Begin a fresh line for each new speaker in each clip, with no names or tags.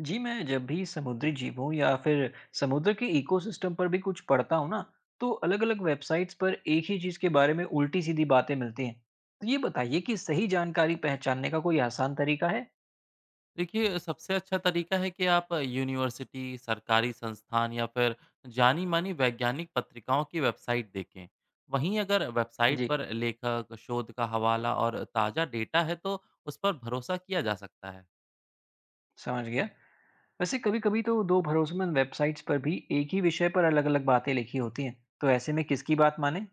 जी, मैं जब भी समुद्री जीवों या फिर समुद्र के इकोसिस्टम पर भी कुछ पढ़ता हूँ ना, तो अलग-अलग वेबसाइट्स पर एक ही चीज़ के बारे में उल्टी-सीधी बातें मिलती हैं। तो ये बताइए कि सही जानकारी पहचानने का कोई आसान तरीका है?
देखिए, सबसे अच्छा तरीका है कि आप यूनिवर्सिटी, सरकारी संस्थान या फिर जानी-मानी वैज्ञानिक पत्रिकाओं की वेबसाइट देखें। वहीं अगर वेबसाइट
जी,
पर लेखक, शोध का हवाला और ताज़ा डेटा है, तो उस पर भरोसा किया जा सकता है।
समझ गया। वैसे कभी-कभी तो दो भरोसेमंद वेबसाइट्स पर भी एक ही विषय पर अलग-अलग बातें लिखी होती हैं, तो ऐसे में किसकी बात माने?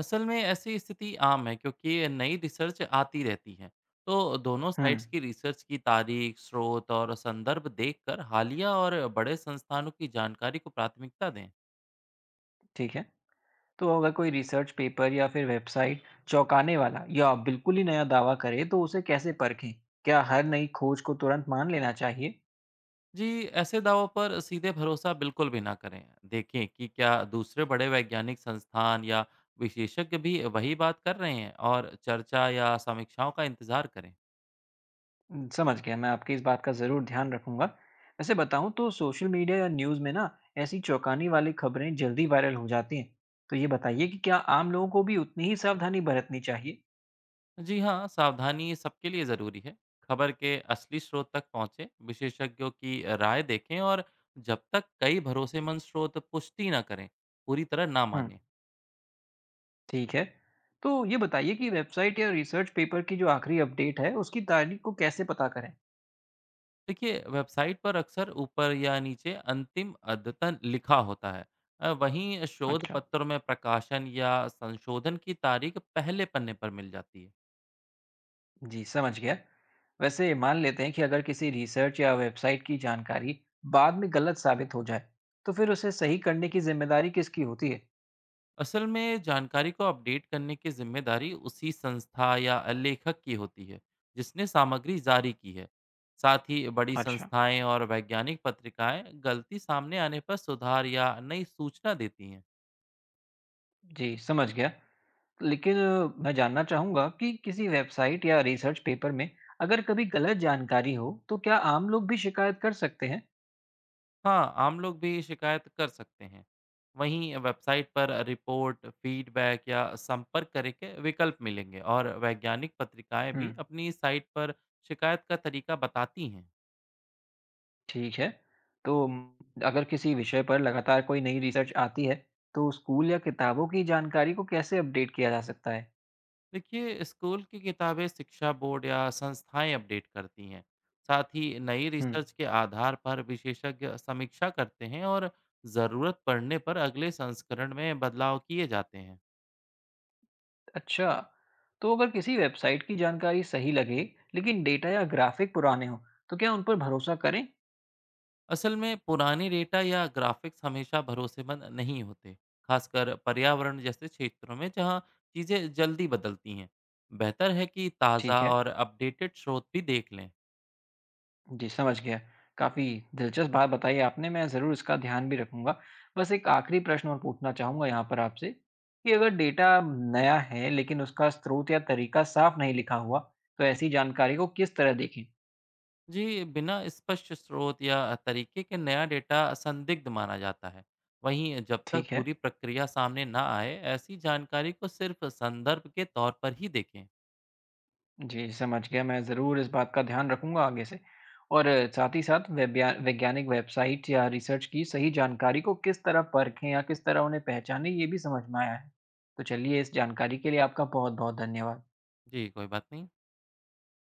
असल में ऐसी स्थिति आम है क्योंकि नई रिसर्च आती रहती है। तो दोनों
हुँ,
साइट्स की रिसर्च की तारीख, स्रोत और संदर्भ देखकर हालिया और बड़े संस्थानों की जानकारी को प्राथमिकता दें।
ठीक है। तो अगर कोई रिसर्च पेपर या फिर वेबसाइट चौंकाने वाला या बिल्कुल ही नया दावा करे तो उसे कैसे परखें? क्या हर नई खोज को तुरंत मान लेना चाहिए?
जी, ऐसे दावों पर सीधे भरोसा बिल्कुल भी ना करें। देखें कि क्या दूसरे बड़े वैज्ञानिक संस्थान या विशेषज्ञ भी वही बात कर रहे हैं और चर्चा या समीक्षाओं का इंतज़ार करें।
समझ गया। मैं आपकी इस बात का ज़रूर ध्यान रखूंगा। वैसे बताऊं तो सोशल मीडिया या न्यूज़ में ना ऐसी चौंकाने वाली खबरें जल्दी वायरल हो जाती हैं। तो ये बताइए कि क्या आम लोगों को भी उतनी ही सावधानी बरतनी चाहिए?
जी हाँ, सावधानी सबके लिए ज़रूरी है। खबर के असली स्रोत तक पहुँचें, विशेषज्ञों की राय देखें और जब तक कई भरोसेमंद स्रोत पुष्टि ना करें, पूरी तरह ना
हम्म।
मानें।
ठीक है। तो ये बताइए कि वेबसाइट या रिसर्च पेपर की जो आखिरी अपडेट है उसकी तारीख को कैसे पता करें?
देखिए, वेबसाइट पर अक्सर ऊपर या नीचे अंतिम अद्यतन लिखा होता है। वहीं शोध
अच्छा
पत्र में प्रकाशन या संशोधन की तारीख पहले पन्ने पर मिल जाती है।
जी, समझ गया। वैसे मान लेते हैं कि अगर किसी रिसर्च या वेबसाइट की जानकारी बाद में गलत साबित हो जाए, तो फिर उसे सही करने की ज़िम्मेदारी किसकी होती है?
असल में जानकारी को अपडेट करने की जिम्मेदारी उसी संस्था या लेखक की होती है, जिसने सामग्री जारी की है। साथ ही बड़ी
अच्छा
संस्थाएं और वैज्ञानिक पत्रिकाएं गलती सामने आने पर सुधार या नई सूचना देती हैं।
जी, समझ गया। लेकिन मैं जानना चाहूँगा कि किसी वेबसाइट या रिसर्च पेपर में अगर कभी गलत जानकारी हो, तो क्या आम लोग भी शिकायत कर सकते हैं?
हाँ, आम लोग भी शिकायत कर सकते हैं। वहीं वेबसाइट पर रिपोर्ट, फीडबैक या संपर्क करने के विकल्प मिलेंगे और वैज्ञानिक पत्रिकाएं
हुँ,
भी अपनी साइट पर शिकायत का तरीका बताती हैं।
ठीक है। तो म, अगर किसी विषय पर लगातार कोई नई रिसर्च आती है, तो स्कूल या किताबों की जानकारी को कैसे अपडेट किया जा सकता है?
देखिए, स्कूल की किताबें शिक्षा बोर्ड या संस्थाएं अपडेट करती हैं। साथ ही नई
हुँ।
रिसर्च के आधार पर विशेषज्ञ समीक्षा करते हैं और ज़रूरत पड़ने पर अगले संस्करण में बदलाव किए जाते हैं।
अच्छा। तो अगर किसी वेबसाइट की जानकारी सही लगे लेकिन डेटा या ग्राफिक पुराने हो तो क्या उन पर भरोसा करें?
असल में पुराने डेटा या ग्राफिक्स हमेशा भरोसेमंद नहीं होते, खासकर पर्यावरण जैसे क्षेत्रों में जहाँ चीज़ें जल्दी बदलती हैं। बेहतर है कि
ठीक
ताज़ा
है।
और अपडेटेड स्रोत भी देख लें।
जी, समझ गया। काफ़ी दिलचस्प बात बताई आपने। मैं ज़रूर इसका ध्यान भी रखूंगा। बस एक आखिरी प्रश्न और पूछना चाहूंगा यहाँ पर आपसे कि अगर डेटा नया है लेकिन उसका स्रोत या तरीका साफ नहीं लिखा हुआ तो ऐसी जानकारी को किस तरह देखें?
जी, बिना स्पष्ट स्रोत या तरीके के नया डेटा संदिग्ध माना जाता है। वहीं जब तक
ठीक है।
पूरी प्रक्रिया सामने ना आए, ऐसी जानकारी को सिर्फ संदर्भ के तौर पर ही देखें।
जी, समझ गया। मैं ज़रूर इस बात का ध्यान रखूँगा आगे से। और साथ ही साथ वैब्या वैज्ञानिक वेबसाइट या रिसर्च की सही जानकारी को किस तरह परखें या किस तरह उन्हें पहचानें, ये भी समझ में आया है। तो चलिए, इस जानकारी के लिए आपका बहुत-बहुत धन्यवाद।
जी, कोई बात नहीं।